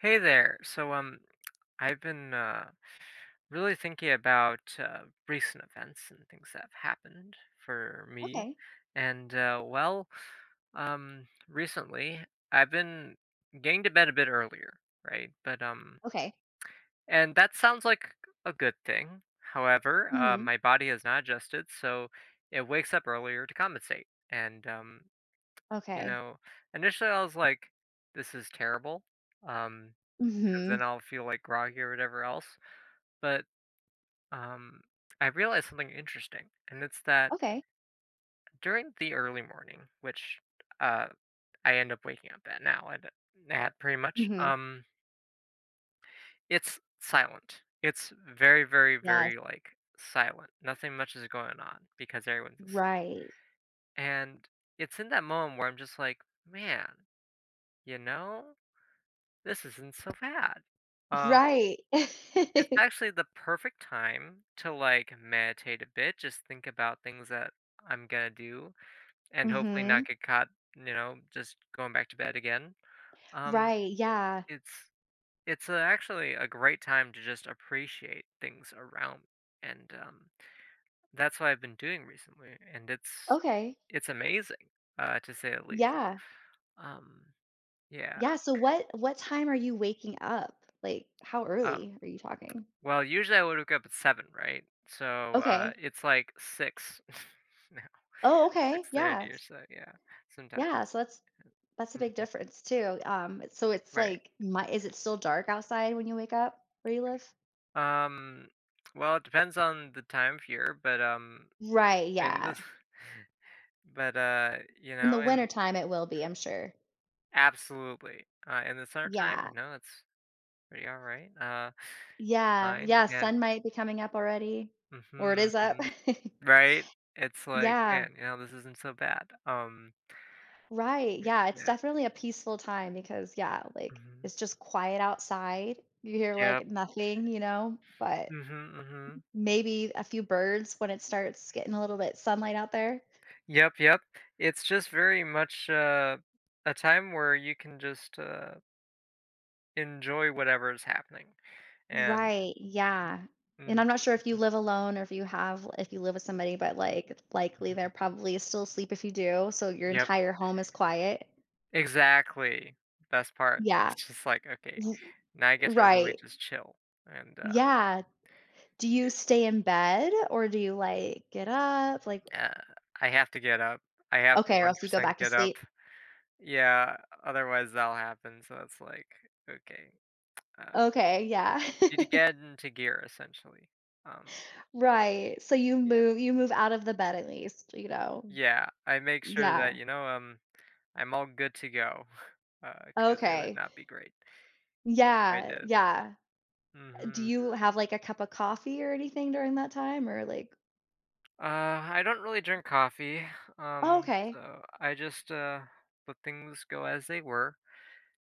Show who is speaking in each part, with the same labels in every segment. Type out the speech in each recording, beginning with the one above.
Speaker 1: Hey there. I've been really thinking about recent events and things that have happened for me.
Speaker 2: Okay.
Speaker 1: And, uh, well, Recently I've been getting to bed a bit earlier, right?
Speaker 2: Okay.
Speaker 1: And that sounds like a good thing. However,
Speaker 2: Mhm.
Speaker 1: my body has not adjusted, so it wakes up earlier to compensate. You
Speaker 2: Okay.
Speaker 1: know, Initially I was like, this is terrible. Um, because
Speaker 2: Mhm.
Speaker 1: then I'll feel like groggy or whatever else. But um, I realized something interesting, and it's that
Speaker 2: Okay.
Speaker 1: during the early morning, which uh, I end up waking up at now at pretty much,
Speaker 2: Mhm.
Speaker 1: it's silent. It's very, very,
Speaker 2: Yes.
Speaker 1: very like silent. Nothing much is going on because everyone's asleep.
Speaker 2: Right.
Speaker 1: And it's in that moment where I'm just like, man, you know, this isn't so bad. Um,
Speaker 2: Right.
Speaker 1: It's actually the perfect time to, like, meditate a bit, just think about things that I'm gonna do, and hopefully not
Speaker 2: Mhm.
Speaker 1: get caught, just going back to bed again. Um,
Speaker 2: Right. Yeah.
Speaker 1: it's it's actually a great time to just appreciate things around me. And that's what I've been doing recently, and it's
Speaker 2: Okay.
Speaker 1: it's amazing, to say the least.
Speaker 2: Yeah.
Speaker 1: Um, yeah,
Speaker 2: Yeah. So what time are you waking up? Like how
Speaker 1: um,
Speaker 2: early are you talking?
Speaker 1: well, usually I would wake up at 7, right? So,
Speaker 2: Okay.
Speaker 1: it's like 6.
Speaker 2: Oh, okay.
Speaker 1: 6:30
Speaker 2: Yeah.
Speaker 1: or so, yeah, sometimes.
Speaker 2: Yeah. So that's a big
Speaker 1: Mhm,
Speaker 2: difference too. So it's
Speaker 1: right.
Speaker 2: like my is it still dark outside when you wake up where you live?
Speaker 1: Um, well, it depends on the time of year, but
Speaker 2: Right,
Speaker 1: in
Speaker 2: yeah.
Speaker 1: the but, you
Speaker 2: In the
Speaker 1: know, in
Speaker 2: wintertime it will be, I'm sure.
Speaker 1: absolutely, in the summertime,
Speaker 2: Yeah.
Speaker 1: you know, it's pretty alright,
Speaker 2: Yeah,
Speaker 1: fine,
Speaker 2: yeah,
Speaker 1: and
Speaker 2: sun might be coming up already, or it
Speaker 1: mhm,
Speaker 2: is up.
Speaker 1: mhm, right? It's like,
Speaker 2: Yeah,
Speaker 1: "Man, you know, this isn't so bad."
Speaker 2: right,
Speaker 1: Eh
Speaker 2: yeah, it's
Speaker 1: yeah,
Speaker 2: definitely a peaceful time because, yeah, like,
Speaker 1: mhm,
Speaker 2: it's just quiet outside, you hear,
Speaker 1: yep,
Speaker 2: like, nothing, but
Speaker 1: mhm, mhm,
Speaker 2: maybe a few birds when it starts getting a little bit sunlight out there.
Speaker 1: yep, yep. It's just very much, a time where you can just, enjoy whatever is happening, and
Speaker 2: Right, yeah, and
Speaker 1: mhm,
Speaker 2: I'm not sure if you
Speaker 1: mhm,
Speaker 2: live alone or if you have if you live with somebody, but, like, likely
Speaker 1: mhm.
Speaker 2: they're probably still asleep if you do, so your
Speaker 1: Yep,
Speaker 2: entire home is quiet.
Speaker 1: exactly, best part.
Speaker 2: Yeah,
Speaker 1: It's just like,
Speaker 2: r
Speaker 1: "Okay, now I get to really
Speaker 2: right,
Speaker 1: just chill," and,
Speaker 2: yeah. Do you
Speaker 1: it
Speaker 2: stay in bed or do you, like, get up? Like
Speaker 1: uh, I have to get up. I have to
Speaker 2: okay, or
Speaker 1: one
Speaker 2: else you go
Speaker 1: percent
Speaker 2: back to
Speaker 1: get
Speaker 2: sleep?
Speaker 1: up. Yeah, otherwise that'll happen, so it's like, okay, uh,
Speaker 2: Okay, yeah.
Speaker 1: need to get into gear essentially. Um,
Speaker 2: Right, so you
Speaker 1: yeah
Speaker 2: move out of the bed at least, you know?
Speaker 1: yeah, I make sure that,
Speaker 2: Yeah,
Speaker 1: you know, I'm all good to go, because it would
Speaker 2: okay.
Speaker 1: not be great if I
Speaker 2: Yeah,
Speaker 1: did.
Speaker 2: yeah. Do
Speaker 1: Mhm, mhm.
Speaker 2: you have, like, a cup of coffee or anything during that time or, like
Speaker 1: Uh, I don't really drink coffee,
Speaker 2: oh, okay,
Speaker 1: so I just let things go as they were,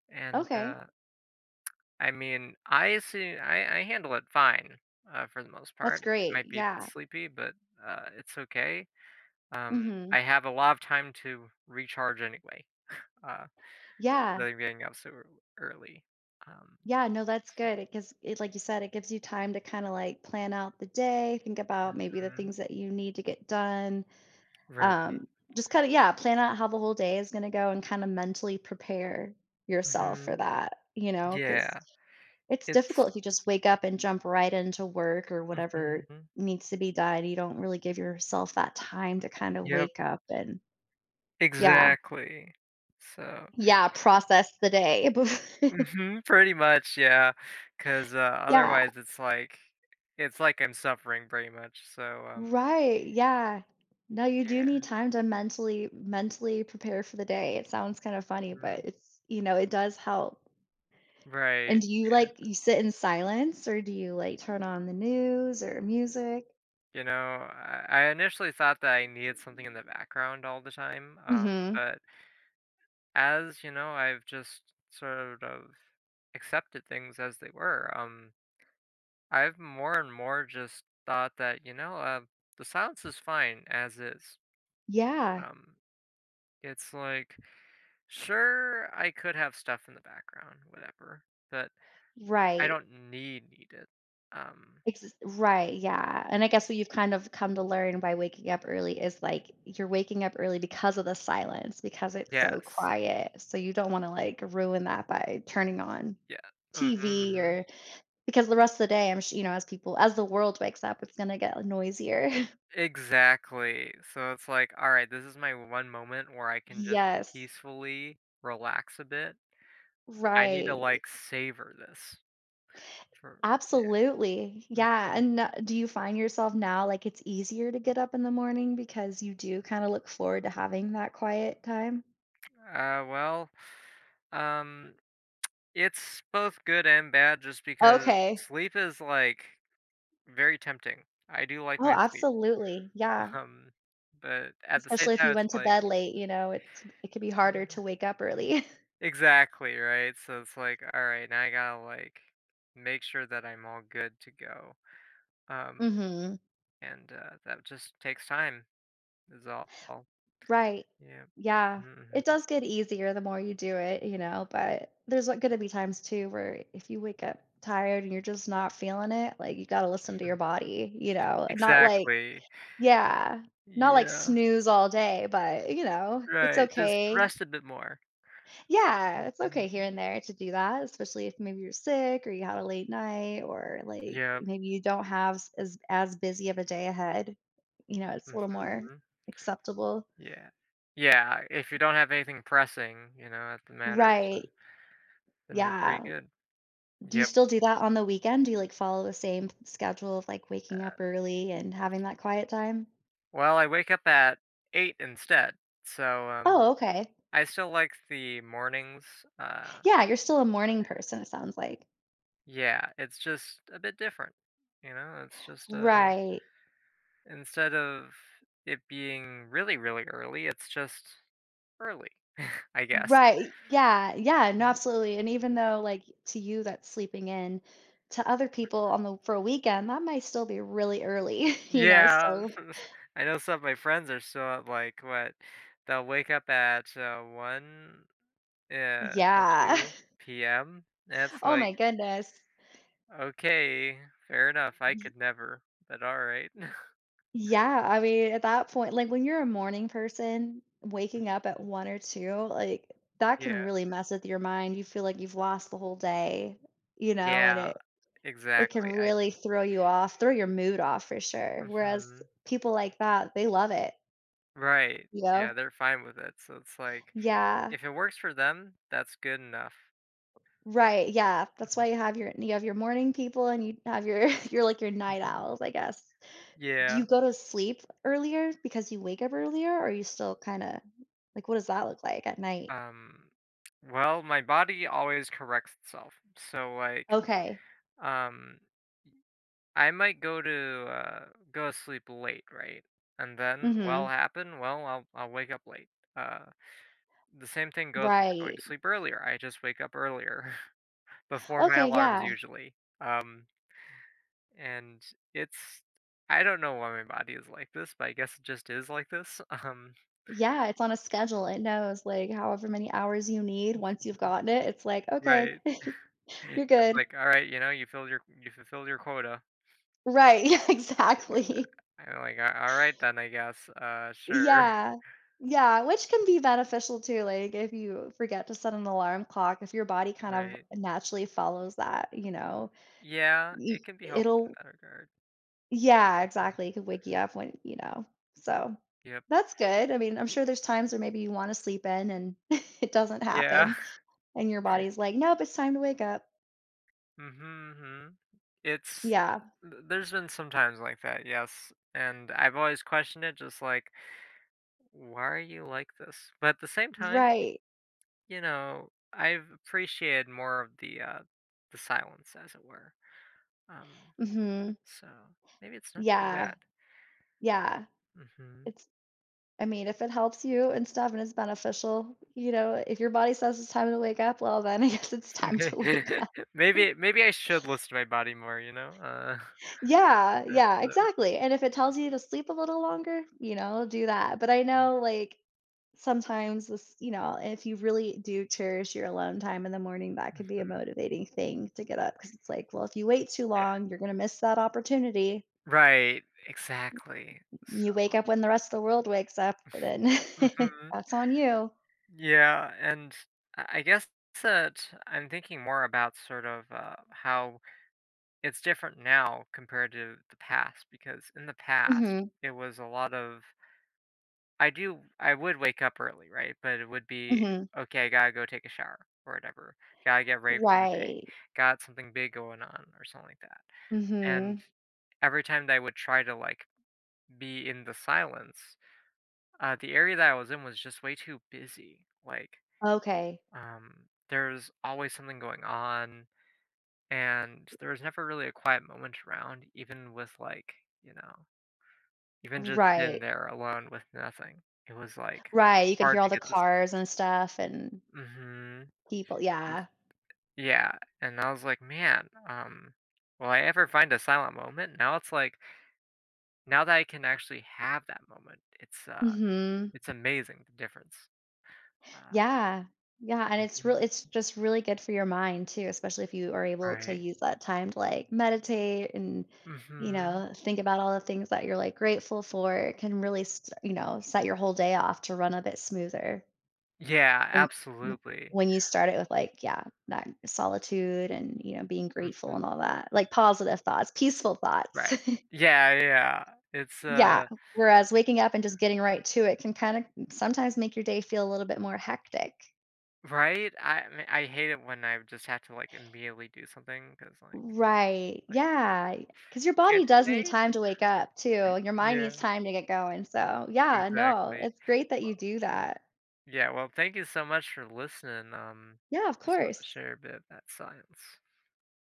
Speaker 1: and
Speaker 2: okay.
Speaker 1: I mean, I handle it fine for the most
Speaker 2: That's
Speaker 1: part. I
Speaker 2: great,
Speaker 1: might be a bit
Speaker 2: yeah.
Speaker 1: sleepy, but it's okay. Um,
Speaker 2: Mhm.
Speaker 1: I have a lot of time to recharge anyway. Uh,
Speaker 2: Yeah,
Speaker 1: than getting up so early. Um,
Speaker 2: yeah, no, that's good. It gives it like you said, it gives you time to kinda, like, plan out the day, think about maybe the
Speaker 1: mhm,
Speaker 2: things that you need to get done.
Speaker 1: right.
Speaker 2: Um, just kind of, yeah, plan out how the whole day is going to go and kind of mentally prepare yourself for
Speaker 1: hmm
Speaker 2: that, you know, because
Speaker 1: Yeah.
Speaker 2: it's
Speaker 1: It's.
Speaker 2: difficult if you just wake up and jump right into work or whatever
Speaker 1: hmm
Speaker 2: needs to be done. You don't really give yourself that time to kind of
Speaker 1: Yep.
Speaker 2: wake up and, yeah,
Speaker 1: Exactly. So.
Speaker 2: yeah, process the day.
Speaker 1: Mhm, pretty much, yeah,
Speaker 2: Yeah,
Speaker 1: otherwise it's like I'm suffering pretty much, so
Speaker 2: right. Yeah. No, you do need
Speaker 1: yeah,
Speaker 2: time to mentally prepare for the day. It sounds kind of funny,
Speaker 1: mhm,
Speaker 2: but it's, you know, it does help. And
Speaker 1: right,
Speaker 2: do you
Speaker 1: yeah,
Speaker 2: like you sit in silence or do you like turn on the news or music?
Speaker 1: you know, I initially thought that I needed something in the background all the time,
Speaker 2: Mhm.
Speaker 1: but as, you know, I've just sort of accepted things as they were, I've more and more just thought that, you know, the silence is fine as is,
Speaker 2: Yeah,
Speaker 1: um, it's like sure, I could have stuff in the background, whatever, but I
Speaker 2: right.
Speaker 1: don't need it. Um,
Speaker 2: Ex Right, yeah, and I guess what you've kind of come to learn by waking up early is, like, you're waking up early because of the silence, because it's so
Speaker 1: yes.
Speaker 2: quiet, so you don't wanna, like, ruin that by turning on
Speaker 1: Yeah. Mhm,
Speaker 2: TV
Speaker 1: mhm.
Speaker 2: or because the rest of the day, I'm su you know, as the world wakes up, it's gonna get noisier.
Speaker 1: Exactly. So it's like, "All right, this is my one moment where I can just
Speaker 2: Yes.
Speaker 1: peacefully relax a bit. I need to,
Speaker 2: Right.
Speaker 1: like, savor this for." Yeah.
Speaker 2: Absolutely. Yeah,
Speaker 1: Mhm.
Speaker 2: and n do you find yourself now, like, it's easier to get up in the morning because you do kinda look forward to having that quiet time?
Speaker 1: Uh, well, um, it's both good and bad just because
Speaker 2: Okay.
Speaker 1: sleep is, like, very tempting. I do like
Speaker 2: Oh,
Speaker 1: my sleep.
Speaker 2: absolutely, yeah,
Speaker 1: Um, but at the same
Speaker 2: especially if
Speaker 1: time,
Speaker 2: you
Speaker 1: it's
Speaker 2: went to
Speaker 1: like
Speaker 2: bed late, you know, it could be harder
Speaker 1: yeah.
Speaker 2: to wake up early.
Speaker 1: Exactly, right? So it's like, all right, now I gotta like make sure that I'm all good to go. Um,
Speaker 2: Mhm,
Speaker 1: and That just takes time, is all.
Speaker 2: right.
Speaker 1: Yeah.
Speaker 2: Yeah,
Speaker 1: Mhm,
Speaker 2: it does get easier the more you do it, you know, but there's, like, gonna be times too where if you wake up tired and you're just not feeling it, like, you gotta listen to your body, you know, not like
Speaker 1: exactly.
Speaker 2: yeah. Not like
Speaker 1: Yeah.
Speaker 2: snooze all day, but, you know, it's
Speaker 1: Right. Just
Speaker 2: okay.
Speaker 1: rest a bit more.
Speaker 2: Yeah, it's okay here
Speaker 1: Mhm.
Speaker 2: and there to do that, especially if maybe you're sick or you had a late night or, like,
Speaker 1: Yep.
Speaker 2: maybe you don't have s as busy of a day ahead. You know, it's a little more
Speaker 1: hmm
Speaker 2: acceptable.
Speaker 1: Yeah. Yeah. If you don't have anything pressing, you know, at the matter, so
Speaker 2: Right.
Speaker 1: then you're pretty
Speaker 2: Yeah.
Speaker 1: good.
Speaker 2: Do you
Speaker 1: Yep.
Speaker 2: still do that on the weekend? Do you, like, follow the same schedule of, like, waking up early and having that quiet time?
Speaker 1: Well, I wake up at 8 instead, so
Speaker 2: Oh, okay.
Speaker 1: I still like the mornings, uh
Speaker 2: Yeah, you're still a morning person, it sounds like.
Speaker 1: yeah, it's just a bit different, you know, it's just,
Speaker 2: Right.
Speaker 1: instead of it being really, really early, it's just early, I guess.
Speaker 2: Right. Yeah. Yeah. No, absolutely. And even though, like, to you, that's sleeping in, to other people on the for a weekend, that might still be really early, you know?
Speaker 1: Yeah,
Speaker 2: So,
Speaker 1: I know some of my friends are still at, like, what they'll wake up at, 1, or
Speaker 2: yeah.
Speaker 1: 2 PM, and it's
Speaker 2: Oh my
Speaker 1: like
Speaker 2: goodness.
Speaker 1: okay, fair enough. I
Speaker 2: Y-
Speaker 1: could never, but alright.
Speaker 2: Yeah. I mean, at that point, like when you're a morning person, waking up at one or two, like that can
Speaker 1: Yeah,
Speaker 2: really mess with your mind. You feel like you've lost the whole day, you know, and
Speaker 1: yeah,
Speaker 2: it can
Speaker 1: exactly. I
Speaker 2: really throw you off, throw your mood off for sure. Whereas
Speaker 1: mhm,
Speaker 2: people like that, they love it,
Speaker 1: right.
Speaker 2: you
Speaker 1: Yeah,
Speaker 2: know?
Speaker 1: they're fine with it, so it's like,
Speaker 2: Yeah.
Speaker 1: if it works for them, that's good enough.
Speaker 2: Right, yeah. That's why
Speaker 1: Mhm,
Speaker 2: you have you have your morning people and you have your you're like your night
Speaker 1: mhm.
Speaker 2: owls, I guess. Do you
Speaker 1: Yeah,
Speaker 2: go to sleep earlier because you wake up earlier, or are you still kinda like, what does that look like at night?
Speaker 1: um, well, my body always corrects itself, so, like,
Speaker 2: Okay.
Speaker 1: um, I might go to sleep late, right? And then what'll
Speaker 2: Mhm.
Speaker 1: happen? Well, I'll wake up late, uh the same thing goes with going
Speaker 2: Right.
Speaker 1: to sleep earlier. I just wake up earlier before my
Speaker 2: Okay,
Speaker 1: alarms
Speaker 2: yeah.
Speaker 1: usually. Um, and it's I don't know why my body is like this, but I guess it just is like this.
Speaker 2: Yeah, it's on a schedule, it knows, like, however many hours you need, once you've gotten it, it's like, "Okay,
Speaker 1: Right.
Speaker 2: you're
Speaker 1: It's
Speaker 2: good."
Speaker 1: like, all right, you know, you filled your you fulfilled your quota.
Speaker 2: Right, yeah,
Speaker 1: It's
Speaker 2: exactly.
Speaker 1: like, I'm like, "A- all right then, I guess. Sure."
Speaker 2: Yeah. Yeah, which can be beneficial too, like, if you forget to set an alarm clock, if your body kind of
Speaker 1: Right.
Speaker 2: naturally follows that, you know,
Speaker 1: Yeah,
Speaker 2: you
Speaker 1: it can be helpful
Speaker 2: it'll
Speaker 1: in that regard.
Speaker 2: yeah,
Speaker 1: Mhm.
Speaker 2: exactly, it could wake you up when you know, so
Speaker 1: Yep.
Speaker 2: that's good. I mean, I'm sure there's times where maybe you wanna sleep in and it doesn't
Speaker 1: Yeah.
Speaker 2: happen, and your body's like, "Nope, it's time to wake up."
Speaker 1: hmm It's
Speaker 2: Yeah,
Speaker 1: th there's been some times like that, yes, and I've always questioned it just like, "Why are you like this?" But at the same time,
Speaker 2: right.
Speaker 1: you know, I've appreciated more of the silence, as it were, um,
Speaker 2: Mhm.
Speaker 1: so maybe it's not too
Speaker 2: Yeah,
Speaker 1: bad.
Speaker 2: yeah,
Speaker 1: Mhm.
Speaker 2: it's I mean, if it helps you and stuff and it's beneficial, you know, if your body says it's time to wake up, well, then I guess it's time to wake up.
Speaker 1: Maybe maybe I should listen to my body more, you know,
Speaker 2: Yeah,
Speaker 1: that's
Speaker 2: yeah,
Speaker 1: the
Speaker 2: exactly. And if it tells you to sleep a little longer, you know, do that. But I
Speaker 1: mhm,
Speaker 2: know, like, sometimes this, you know, if you really do cherish your alone time in the morning, that
Speaker 1: mhm,
Speaker 2: could be a motivating thing to get up because it's like, well, if you wait too
Speaker 1: yeah.
Speaker 2: long, you're going to miss that opportunity.
Speaker 1: Right, exactly,
Speaker 2: You
Speaker 1: so
Speaker 2: wake up when the rest of the world wakes up, then
Speaker 1: mhm.
Speaker 2: that's on you.
Speaker 1: Yeah, and I guess that I'm thinking more about sort of how it's different now compared to the past, because in the past
Speaker 2: Hmm.
Speaker 1: it was a lot of I would wake up early, right? But it would be
Speaker 2: Hmm.
Speaker 1: okay, I gotta go take a shower or whatever. Gotta get ready for the day.
Speaker 2: Right.
Speaker 1: Got something big going on or something like that. And
Speaker 2: Hmm.
Speaker 1: every time that I would try to like be in the silence, the area that I was in was just way too busy. Like
Speaker 2: Okay.
Speaker 1: There's always something going on, and there was never really a quiet moment around, even with like, you know, even just in
Speaker 2: Right.
Speaker 1: there alone with nothing. It was like
Speaker 2: Right, you could
Speaker 1: hard
Speaker 2: hear all
Speaker 1: to
Speaker 2: the
Speaker 1: get this.
Speaker 2: cars and stuff and
Speaker 1: Mm-hmm.
Speaker 2: people
Speaker 1: Just,
Speaker 2: yeah.
Speaker 1: yeah, and I was like, man, will I ever find a silent moment? Now it's like, now that I can actually have that moment,
Speaker 2: Mhm.
Speaker 1: it's amazing the difference. Uh,
Speaker 2: Yeah. Yeah, and
Speaker 1: mhm,
Speaker 2: it's just really good for your mind too, especially if you are able to
Speaker 1: right.
Speaker 2: use that time to, like, meditate and, you
Speaker 1: Mm-hmm.
Speaker 2: know, think about all the things that you're, like, grateful for. It can really s you know, set your whole day off to run a bit smoother
Speaker 1: Yeah,
Speaker 2: when w
Speaker 1: absolutely.
Speaker 2: when you start it with, like, yeah, that solitude and, you know, being grateful
Speaker 1: Mm-hmm.
Speaker 2: and all that, like, positive thoughts, peaceful thoughts.
Speaker 1: Right. Yeah, yeah. It's,
Speaker 2: Yeah,
Speaker 1: uh
Speaker 2: whereas waking up and just getting right to it can kinda sometimes make your day feel a little bit more hectic.
Speaker 1: right? I mean, I hate it when I just have to, like, immediately do something because
Speaker 2: Right,
Speaker 1: like,
Speaker 2: yeah. Because your body
Speaker 1: "Can't you
Speaker 2: does need
Speaker 1: wait?"
Speaker 2: time to wake up too, your mind needs
Speaker 1: Yeah,
Speaker 2: time to get going, so, yeah, no,
Speaker 1: exactly.
Speaker 2: it's great that
Speaker 1: Well
Speaker 2: you do that.
Speaker 1: yeah, well, thank you so much for listening,
Speaker 2: Yeah, of
Speaker 1: just wanted to
Speaker 2: course.
Speaker 1: share a bit of that science.